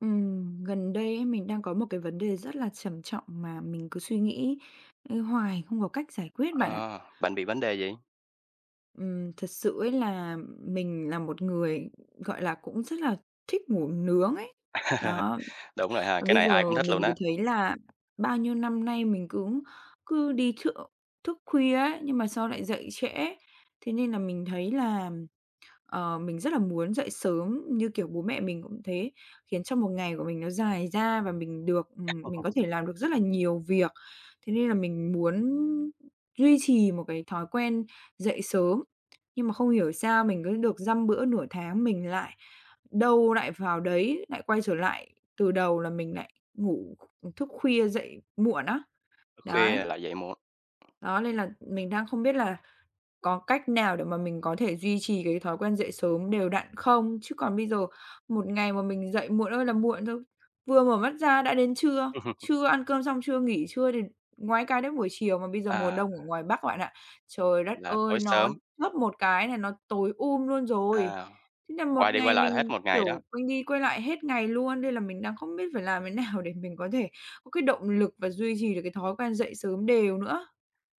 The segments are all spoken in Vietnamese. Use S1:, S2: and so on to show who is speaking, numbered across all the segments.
S1: Gần đây ấy, mình đang có một cái vấn đề rất là trầm trọng mà mình cứ suy nghĩ, hoài không có cách giải quyết bạn ạ.
S2: Ờ, bánh mì bánh đề gì?
S1: Thật sự ấy là mình là một người, gọi là, cũng rất là thích ngủ nướng ấy. Đó,
S2: Đúng rồi ha,
S1: và
S2: cái
S1: bây
S2: này ai cũng
S1: giờ
S2: thích luôn
S1: mình cứ
S2: á.
S1: thấy là bao nhiêu năm nay mình cứ cứ đi thức thức khuya ấy, nhưng mà sao lại dậy trễ. Thế nên là mình thấy là mình rất là muốn dậy sớm như kiểu bố mẹ mình cũng thế, khiến cho một ngày của mình nó dài ra và mình có thể làm được rất là nhiều việc. Thế nên là mình muốn duy trì một cái thói quen dậy sớm, nhưng mà không hiểu sao mình cứ được dăm bữa nửa tháng mình lại đâu lại vào đấy, lại quay trở lại từ đầu là mình lại ngủ thức khuya dậy muộn á. Đấy,
S2: Khuya lại dậy muộn.
S1: đó nên là mình đang không biết là có cách nào để mà mình có thể duy trì cái thói quen dậy sớm đều đặn không? Chứ còn bây giờ một ngày mà mình dậy muộn ơi là muộn thôi, vừa mở mắt ra đã đến trưa, trưa ăn cơm xong chưa nghỉ trưa thì ngoái cái đến buổi chiều, mà bây giờ mùa
S2: À,
S1: đông ở ngoài Bắc bạn ạ, trời đất
S2: là tối
S1: ơi, nó
S2: sớm,
S1: chớp một cái là nó tối luôn rồi.
S2: à,
S1: Thế là một
S2: quay đi
S1: ngày
S2: quay lại hết
S1: mình,
S2: một ngày đó.
S1: kiểu, quanh đi quay lại hết ngày luôn, nên là mình đang không biết phải làm thế nào để mình có thể có cái động lực và duy trì được cái thói quen dậy sớm đều nữa.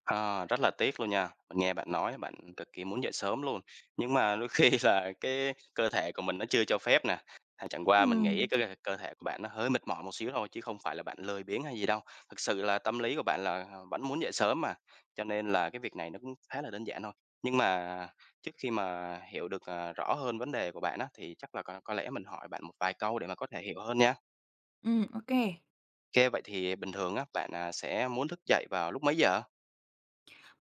S2: À, rất là tiếc luôn nha. Mình nghe bạn nói bạn cực kỳ muốn dậy sớm luôn, nhưng mà đôi khi là cái cơ thể của mình nó chưa cho phép nè. À, chẳng qua mình nghĩ
S1: Ừm,
S2: cái cơ cơ thể của bạn nó hơi mệt mỏi một xíu thôi chứ không phải là bạn lười biếng hay gì đâu. Thực sự là tâm lý của bạn là, vẫn muốn dậy sớm mà, cho nên là cái việc này nó cũng khá là đơn giản thôi. Nhưng mà trước khi mà hiểu được, rõ hơn vấn đề của bạn á, thì chắc là có lẽ mình hỏi bạn một vài câu để mà có thể hiểu hơn nha.
S1: ô
S2: Ok, vậy thì bình thường á, bạn, sẽ muốn thức dậy vào lúc mấy giờ?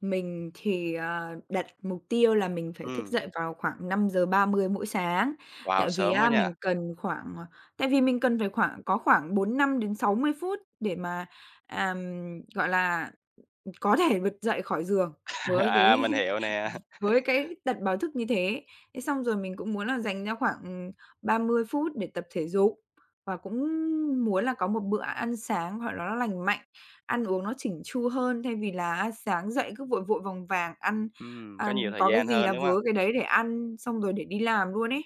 S1: Mình thì, đặt mục tiêu là mình phải thức
S2: Ừm,
S1: dậy vào khoảng 5:30 mỗi sáng,
S2: wow,
S1: tại vì
S2: sớm quá
S1: á
S2: nha.
S1: mình cần khoảng ờ, tại vì mình cần phải khoảng có khoảng 45 đến 60 phút để mà, àm, gọi là, có thể bật dậy khỏi giường với cái
S2: À, mình hiểu nè.
S1: với cái đặt báo thức như thế, thế xong rồi mình cũng muốn là dành ra khoảng, 30 phút để tập thể dục và cũng muốn là có một bữa ăn sáng, hoặc là, nó lành mạnh, ăn uống nó chỉn chu hơn thay vì là á sáng dậy cứ vội vội vàng vàng ăn
S2: Có
S1: ăn
S2: nhiều thời
S1: có cái
S2: gian
S1: gì
S2: hơn,
S1: là
S2: đúng hông?
S1: vớ cái đấy để ăn, xong rồi để đi làm luôn ấy.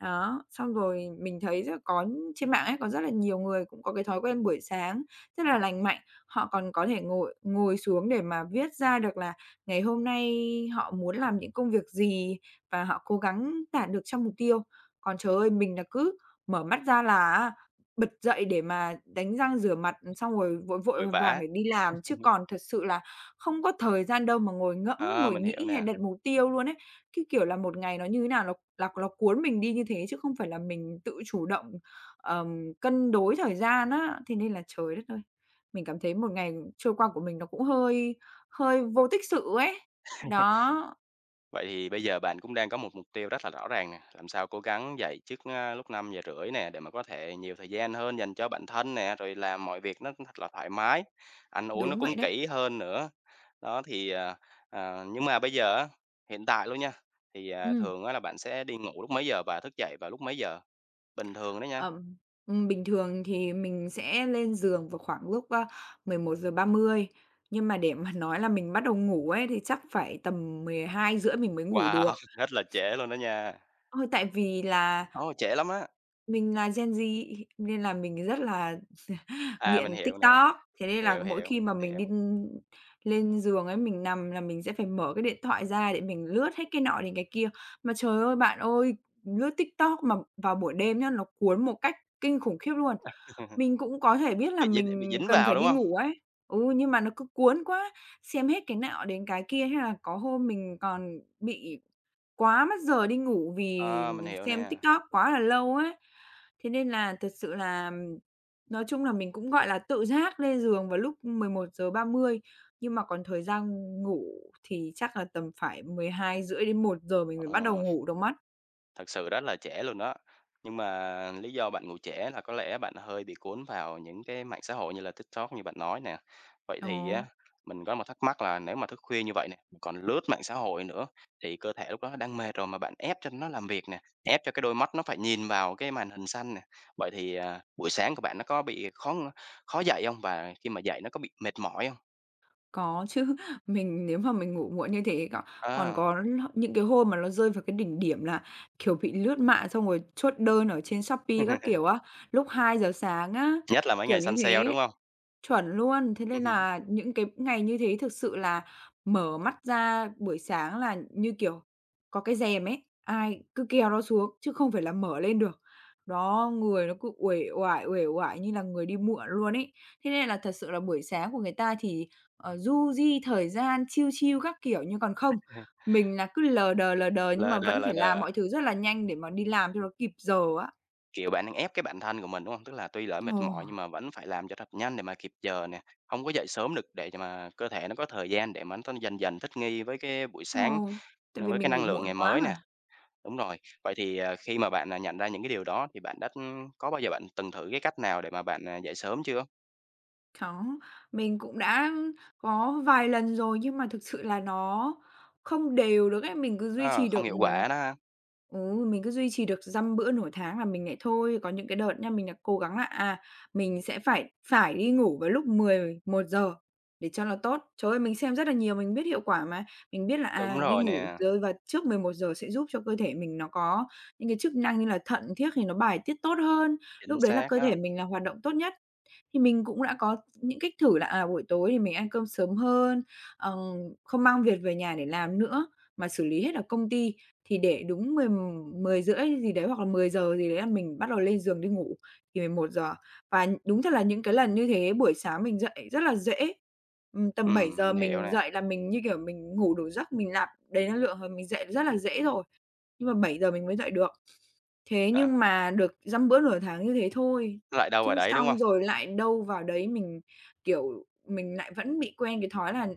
S1: Đó, xong rồi mình thấy rất có trên mạng ấy, có rất là nhiều người cũng có cái thói quen buổi sáng rất là lành mạnh, họ còn có thể ngồi ngồi xuống để mà viết ra được là ngày hôm nay họ muốn làm những công việc gì và họ cố gắng đạt được trong mục tiêu. Còn trời ơi, mình là cứ mở mắt ra là á, bật dậy để mà đánh răng rửa mặt, xong rồi vội vội
S2: Vội
S1: vàng vàng
S2: vã.
S1: để đi làm, chứ còn thật sự là không có thời gian đâu mà ngồi ngẫm,
S2: Ờ,
S1: ngồi
S2: mình hiểu
S1: nghĩ hay
S2: nè.
S1: đặt mục tiêu luôn ấy. Cái kiểu là một ngày nó như thế nào nó là nó cuốn mình đi như thế chứ không phải là mình tự chủ động, cân đối thời gian á. Thế nên là trời đất ơi, mình cảm thấy một ngày trôi qua của mình nó cũng hơi Hơi vô tích sự ấy. Đó,
S2: Vậy thì bây giờ bạn cũng đang có một mục tiêu rất là rõ ràng nè, làm sao cố gắng dậy trước, lúc 5 giờ rưỡi nè, để mà có thể nhiều thời gian hơn dành cho bản thân nè, rồi làm mọi việc nó thật là thoải mái, ăn uống nó
S1: đúng vậy
S2: cũng
S1: đấy.
S2: kỹ hơn nữa. Đó, thì, nhưng mà bây giờ á, hiện tại luôn nha, thì,
S1: Ừm,
S2: thường á là bạn sẽ đi ngủ lúc mấy giờ và thức dậy vào lúc mấy giờ? Bình thường đó nha.
S1: ờm, Bình thường thì mình sẽ lên giường vào khoảng lúc, 11:30, nhưng mà để mà nói là mình bắt đầu ngủ ấy thì chắc phải tầm mười hai rưỡi mình mới ngủ được.
S2: Wow, rất là trễ luôn đó nha.
S1: Ờ, tại vì là
S2: Ồ, trễ lắm á.
S1: mình là Gen Z nên là mình rất là
S2: À, mình
S1: nghiện
S2: hiểu nè,
S1: TikTok, thế nên là
S2: hiểu,
S1: mỗi
S2: hiểu,
S1: khi mà
S2: mình
S1: mình
S2: hiểu,
S1: đi, lên giường ấy, mình nằm là mình sẽ phải mở cái điện thoại ra để mình lướt hết cái nọ đến cái kia. Mà trời ơi, bạn ơi, lướt TikTok mà vào buổi đêm nhá, nó cuốn một cách kinh khủng khiếp luôn. Mình cũng có thể biết là
S2: cái
S1: mình
S2: dính
S1: cần
S2: vào,
S1: phải
S2: đúng
S1: đi
S2: hông?
S1: ngủ ấy, ừ, nhưng mà nó cứ cuốn quá, xem hết cái nọ đến cái kia, thế là có hôm mình còn bị quá mất giờ đi ngủ vì
S2: Ờ, mình hiểu
S1: xem
S2: nè,
S1: TikTok quá là lâu ấy. Thế nên là thật sự là, nói chung là mình cũng, gọi là, tự giác lên giường vào lúc 11:30 nhưng mà còn thời gian ngủ thì chắc là tầm phải mười hai rưỡi đến một giờ mình mới bắt đầu
S2: ờ,
S1: ngủ được mất.
S2: thật sự rất là trễ luôn đó. Nhưng mà lý do bạn ngủ trễ là có lẽ bạn hơi bị cuốn vào những cái mạng xã hội như là TikTok như bạn nói nè. Vậy
S1: Ờ.
S2: thì á, mình có một thắc mắc là nếu mà thức khuya như vậy nè, còn lướt mạng xã hội nữa thì cơ thể lúc đó nó đang mệt rồi mà bạn ép cho nó làm việc nè, ép cho cái đôi mắt nó phải nhìn vào cái màn hình xanh nè. Vậy thì, buổi sáng của bạn nó có bị khó khó dậy hông? Và khi mà dậy nó có bị mệt mỏi hông?
S1: Có chứ, mình nếu mà mình ngủ muộn như thế có còn
S2: Ờ.
S1: có những cái hôm mà nó rơi vào cái đỉnh điểm là, kiểu, bị lướt mạng xong rồi chốt đơn ở trên Shopee các kiểu á, lúc 2 giờ sáng á,
S2: Nhất là mấy
S1: kiểu
S2: ngày
S1: như
S2: săn sale, đúng
S1: thế.
S2: không?
S1: Chuẩn luôn, thế nên là những cái ngày như thế thực sự là mở mắt ra buổi sáng là như, kiểu, có cái rèm ấy, ai cứ kéo nó xuống chứ không phải là mở lên được. Đó, người nó cứ uể oải như là người đi muộn luôn ấy. Thế nên là thật sự là buổi sáng của người ta thì du di thời gian, chill chill các kiểu. Nhưng còn không, mình là cứ lờ đờ nhưng
S2: Lờ
S1: mà
S2: đờ,
S1: vẫn
S2: lờ
S1: phải làm
S2: đờ,
S1: mọi thứ rất là nhanh để mà đi làm cho nó kịp giờ á.
S2: kiểu, bạn đang ép cái bản thân của mình, đúng không? Tức là tuy lỡ mệt
S1: Ồ.
S2: mỏi nhưng mà vẫn phải làm cho thật nhanh để mà kịp giờ nè, không có dậy sớm được để cho mà cơ thể nó có thời gian để mà nó dần dần thích nghi với cái buổi
S1: Ờ,
S2: sáng,
S1: tại vì
S2: với cái
S1: mình ngủ
S2: năng lượng
S1: muộn
S2: ngày
S1: quá
S2: mới nè.
S1: mà.
S2: Đúng rồi, vậy thì, khi mà bạn, nhận ra những cái điều đó thì bạn đã, có bao giờ bạn từng thử cái cách nào để mà bạn, dậy sớm chưa?
S1: Có, mình cũng đã có vài lần rồi nhưng mà thực sự là nó không đều được ấy,
S2: Ờ, không hiệu quả đó ha.
S1: mình cứ duy trì được dăm bữa nửa tháng là mình lại thôi. Có những cái đợt nha, mình đã cố gắng là, mình sẽ phải phải đi ngủ vào lúc 11 giờ để cho nó tốt. Trời ơi, mình xem rất là nhiều, mình biết hiệu quả mà, mình biết là,
S2: Đúng
S1: đi
S2: rồi
S1: ngủ
S2: nè,
S1: rơi vào trước 11 giờ sẽ giúp cho cơ thể mình nó có những cái chức năng như là thận, thiết thì nó bài tiết tốt hơn,
S2: chính
S1: lúc đấy là
S2: xác
S1: cơ
S2: đó.
S1: thể mình là hoạt động tốt nhất. Thì mình cũng đã có những cách thử là, buổi tối thì mình ăn cơm sớm hơn, ờ, không mang việc về nhà để làm nữa, mà xử lý hết ở công ty. Thì để đúng mười 10 rưỡi gì đấy hoặc là 10 giờ gì đấy là mình bắt đầu lên giường đi ngủ, thì mười một giờ và đúng thật là những cái lần như thế buổi sáng mình dậy rất là dễ, tầm bảy giờ
S2: Mình hiểu
S1: mình
S2: nè.
S1: dậy là mình, như kiểu, mình ngủ đủ giấc, mình nạp đầy năng lượng rồi mình dậy rất là dễ rồi, nhưng mà bảy giờ mình mới dậy được. Thế
S2: Ờ,
S1: nhưng mà được dăm bữa nửa tháng như thế thôi,
S2: lại đâu vào
S1: chứ
S2: đấy, đúng
S1: xong
S2: không?
S1: rồi lại đâu vào đấy mình, kiểu, mình lại vẫn bị quen cái thói là,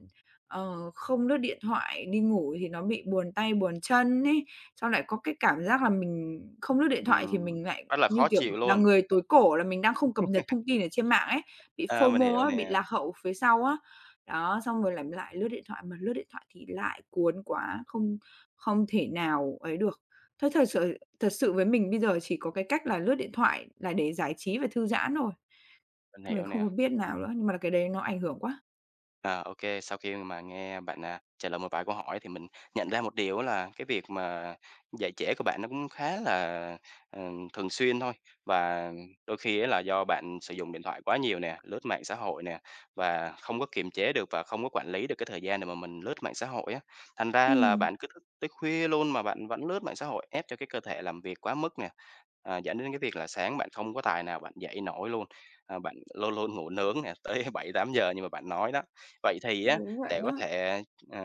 S1: không lướt điện thoại, đi ngủ thì nó bị buồn tay buồn chân ấy, xong lại có cái cảm giác là mình không lướt điện thoại thì
S2: Ừm,
S1: mình lại,
S2: rất là
S1: như
S2: khó
S1: kiểu,
S2: chịu
S1: là
S2: luôn.
S1: người tối cổ là mình đang không cập nhật thông tin ở trên mạng ấy, bị
S2: À, mình
S1: FOMO
S2: hiểu
S1: á, bị
S2: nè,
S1: lạc hậu phía sau á. Đó, xong rồi lại lại lướt điện thoại, mà lướt điện thoại thì lại cuốn quá, không không thể nào ấy được. Thế thật sự Thật sự với mình bây giờ chỉ có cái cách là lướt điện thoại là để giải trí và thư giãn thôi,
S2: mình
S1: thì mình
S2: hiểu
S1: không
S2: nè.
S1: có biết nào nữa, nhưng mà cái đấy nó ảnh hưởng quá.
S2: À, sau khi mà nghe bạn, trả lời một vài câu hỏi thì mình nhận ra một điều là cái việc mà dạy trễ của bạn nó cũng khá là, ờ, thường xuyên thôi. Và đôi khi á là do bạn sử dụng điện thoại quá nhiều nè, lướt mạng xã hội nè, và không có kiềm chế được và không có quản lý được cái thời gian để mà mình lướt mạng xã hội á. Thành ra là
S1: Ừm,
S2: bạn cứ thức tới khuya luôn mà bạn vẫn lướt mạng xã hội, ép cho cái cơ thể làm việc quá mức nè, dẫn đến cái việc là sáng bạn không có tài nào bạn dậy nổi luôn. À, bạn luôn luôn ngủ nướng nè, tới bảy tám giờ như mà bạn nói đó. Vậy thì á,
S1: đúng vậy
S2: để có
S1: đó.
S2: thể, ờ,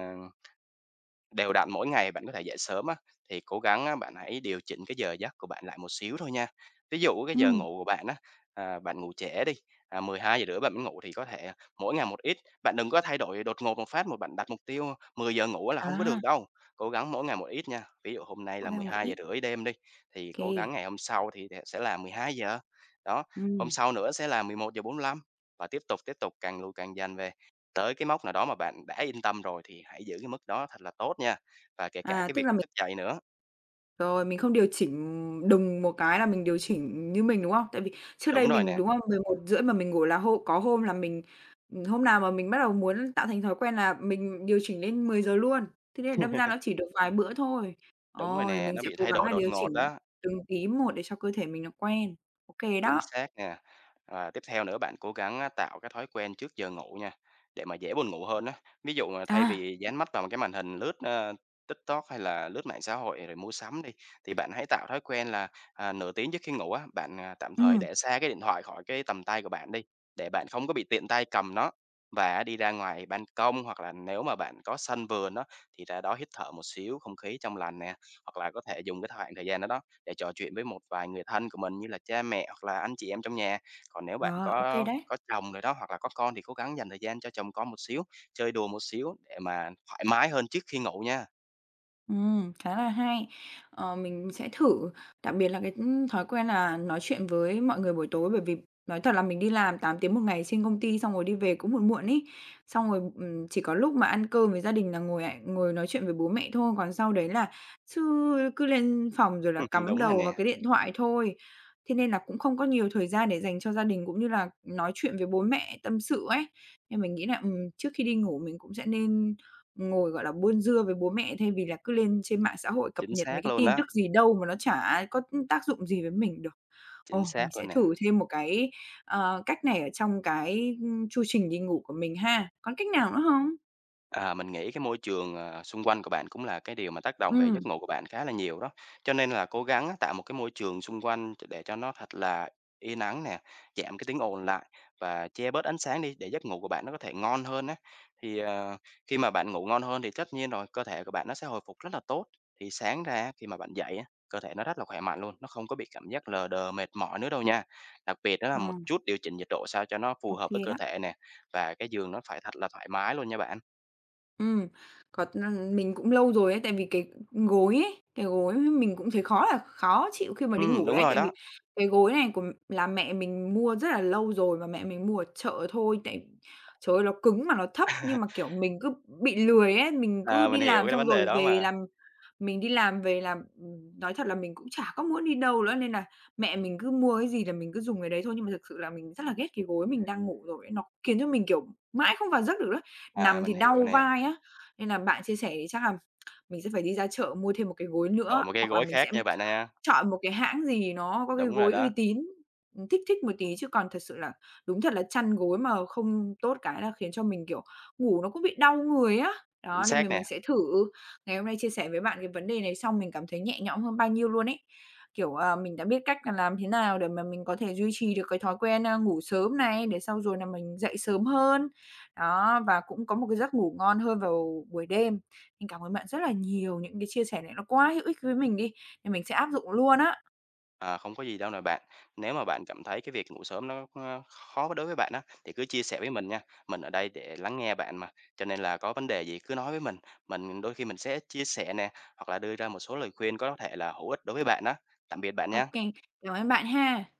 S2: đều đặn mỗi ngày bạn có thể dậy sớm á, thì cố gắng á, bạn hãy điều chỉnh cái giờ giấc của bạn lại một xíu thôi nha. Ví dụ cái giờ
S1: Ừm,
S2: ngủ của bạn á, bạn ngủ trễ đi, mười hai giờ rưỡi bạn mới ngủ thì có thể mỗi ngày một ít, bạn đừng có thay đổi đột ngột một phát mà bạn đặt mục tiêu 10 giờ ngủ là không có
S1: à,
S2: được đâu. Cố gắng mỗi ngày một ít nha, ví dụ hôm nay
S1: Hóa
S2: là
S1: ra
S2: mười
S1: một
S2: hai giờ
S1: ít,
S2: rưỡi đêm đi,
S1: ô
S2: thì
S1: kê.
S2: cố gắng ngày hôm sau thì sẽ là 12 giờ đó, hôm
S1: Ừm,
S2: sau nữa sẽ là 11:45 và tiếp tục, càng lùi càng dần về. Tới cái mốc nào đó mà bạn đã yên tâm rồi thì hãy giữ cái mức đó thật là tốt nha, và kể cả cái
S1: Tức
S2: việc
S1: là
S2: thức dậy nữa.
S1: rồi, mình không điều chỉnh đùng một cái là mình điều chỉnh như mình, đúng không? Tại vì trước đây
S2: Đúng rồi
S1: mình,
S2: nè,
S1: đúng không, 11 rưỡi mà mình ngủ là hộ có hôm là mình, hôm nào mà mình bắt đầu muốn tạo thành thói quen là mình điều chỉnh lên 10 giờ luôn, thế nên là đâm ra nó chỉ được vài bữa thôi.
S2: đúng rồi
S1: Ờ, thì
S2: nè,
S1: mình
S2: nó
S1: sẽ
S2: bị
S1: cố
S2: thay
S1: gắng
S2: đổi
S1: là
S2: đột
S1: điều
S2: ngột
S1: chỉnh
S2: đó.
S1: từng tí một để cho cơ thể mình nó quen. Ok
S2: Chính
S1: đó.
S2: xác nè. Và tiếp theo nữa bạn cố gắng á, tạo cái thói quen trước giờ ngủ nha, để mà dễ buồn ngủ hơn á. Ví dụ mà thay
S1: À,
S2: vì dán mắt vào một cái màn hình lướt, TikTok hay là lướt mạng xã hội rồi mua sắm đi, thì bạn hãy tạo thói quen là, nửa tiếng trước khi ngủ á, bạn, tạm thời
S1: ừm,
S2: để xa cái điện thoại khỏi cái tầm tay của bạn đi, để bạn không có bị tiện tay cầm nó. Và đi ra ngoài ban công hoặc là nếu mà bạn có sân vườn đó thì ra đó hít thở một xíu không khí trong lành nè, hoặc là có thể dùng cái thời gian đó đó để trò chuyện với một vài người thân của mình như là cha mẹ hoặc là anh chị em trong nhà. Còn nếu bạn
S1: ờ, ok
S2: có
S1: đấy.
S2: có chồng rồi đó, hoặc là có con thì cố gắng dành thời gian cho chồng con một xíu, chơi đùa một xíu để mà thoải mái hơn trước khi ngủ nha.
S1: Khá là hay. Ờ, mình sẽ thử, đặc biệt là cái, thói quen là nói chuyện với mọi người buổi tối, bởi vì nói thật là mình đi làm 8 tiếng một ngày trên công ty xong rồi đi về cũng muộn muộn ý. Xong rồi, chỉ có lúc mà ăn cơm với gia đình là ngồi lại ngồi nói chuyện với bố mẹ thôi, còn sau đấy là chứ cứ lên phòng rồi là cắm
S2: Đúng rồi
S1: đầu vào
S2: nè,
S1: cái điện thoại thôi. Thế nên là cũng không có nhiều thời gian để dành cho gia đình cũng như là nói chuyện với bố mẹ tâm sự ấy. Nên mình nghĩ là, trước khi đi ngủ mình cũng sẽ nên ngồi, gọi là, buôn dưa với bố mẹ thay vì là cứ lên trên mạng xã hội cập
S2: chính
S1: nhật mấy
S2: xác
S1: cái
S2: luôn
S1: tin
S2: đó,
S1: tức gì đâu mà nó chả có tác dụng gì với mình được.
S2: chính
S1: Ồ, mình
S2: xác
S1: sẽ
S2: luôn nè.
S1: thử thêm một cái, cách này ở trong cái, chu trình đi ngủ của mình ha. Còn cách nào nữa không?
S2: À, mình nghĩ cái môi trường, xung quanh của bạn cũng là cái điều mà tác động về
S1: Ừ,
S2: giấc ngủ của bạn khá là nhiều đó. Cho nên là cố gắng á tạo một cái môi trường xung quanh để cho nó thật là yên ắng nè, giảm cái tiếng ồn lại và che bớt ánh sáng đi để giấc ngủ của bạn nó có thể ngon hơn á. Thì, khi mà bạn ngủ ngon hơn thì tất nhiên rồi, cơ thể của bạn nó sẽ hồi phục rất là tốt. Thì sáng ra khi mà bạn dậy á, cơ thể nó rất là khỏe mạnh luôn, nó không có bị cảm giác lờ đờ, mệt mỏi nữa đâu nha. Đặc biệt đó là
S1: ờ,
S2: một chút điều chỉnh nhiệt độ sao cho nó phù
S1: ô
S2: hợp với cơ
S1: đó.
S2: thể nè, và cái giường nó phải thật là thoải mái luôn nha bạn.
S1: Ừm, có n mình cũng lâu rồi ấy, tại vì cái gối ấy, cái gối mình cũng thấy khó là khó chịu khi mà đi ngủ
S2: Đúng
S1: đấy,
S2: rồi
S1: tại
S2: đó.
S1: vì cái gối này của là mẹ mình mua rất là lâu rồi mà mẹ mình mua ở chợ thôi, tại trời ơi, nó cứng mà nó thấp nhưng mà, kiểu, mình cứ bị lười ấy, mình cứ
S2: À,
S1: đi
S2: mình hiểu
S1: làm
S2: cái
S1: xong
S2: vấn
S1: rồi
S2: đề đó
S1: về
S2: mà.
S1: làm nói thật là mình cũng chả có muốn đi đâu nữa nên là mẹ mình cứ mua cái gì là mình cứ dùng cái đấy thôi, nhưng mà thực sự là mình rất là ghét cái gối mình đang ngủ rồi ấy, nó khiến cho mình, kiểu, mãi không vào giấc được đó,
S2: À,
S1: nằm thì
S2: mình hiểu
S1: đau
S2: nè,
S1: vai á, nên là bạn chia sẻ thì chắc là mình sẽ phải đi ra chợ mua thêm một cái gối nữa,
S2: đổi một cái
S1: hoặc là
S2: gối
S1: mình sẽ
S2: khác nha bạn ha.
S1: chọn một cái hãng gì nó có cái
S2: Đúng rồi
S1: gối uy
S2: đó,
S1: tín, thích thích một tí chứ còn thật sự là đúng thật là chăn gối mà không tốt cái là khiến cho mình, kiểu, ngủ nó cũng bị đau người á.
S2: chính
S1: Đó, nên
S2: xác
S1: mình
S2: nè.
S1: sẽ thử. Ngày hôm nay chia sẻ với bạn cái vấn đề này xong mình cảm thấy nhẹ nhõm hơn bao nhiêu luôn ấy. Kiểu, mình đã biết cách là làm thế nào để mà mình có thể duy trì được cái thói quen, ngủ sớm này, để sau rồi là mình dậy sớm hơn. Đó, và cũng có một cái giấc ngủ ngon hơn vào buổi đêm. Mình cảm ơn bạn rất là nhiều, những cái chia sẻ này nó quá hữu ích với mình đi. Thì mình sẽ áp dụng luôn á.
S2: Ờ, không có gì đâu nè bạn. Nếu mà bạn cảm thấy cái việc ngủ sớm nó, khó đối với bạn á, thì cứ chia sẻ với mình nha. Mình ở đây để lắng nghe bạn mà, cho nên là có vấn đề gì cứ nói với mình đôi khi mình sẽ chia sẻ nè, hoặc là đưa ra một số lời khuyên có thể là hữu ích đối với bạn đó. Tạm biệt bạn
S1: Ok, kê,
S2: nha.
S1: cảm ơn bạn ha.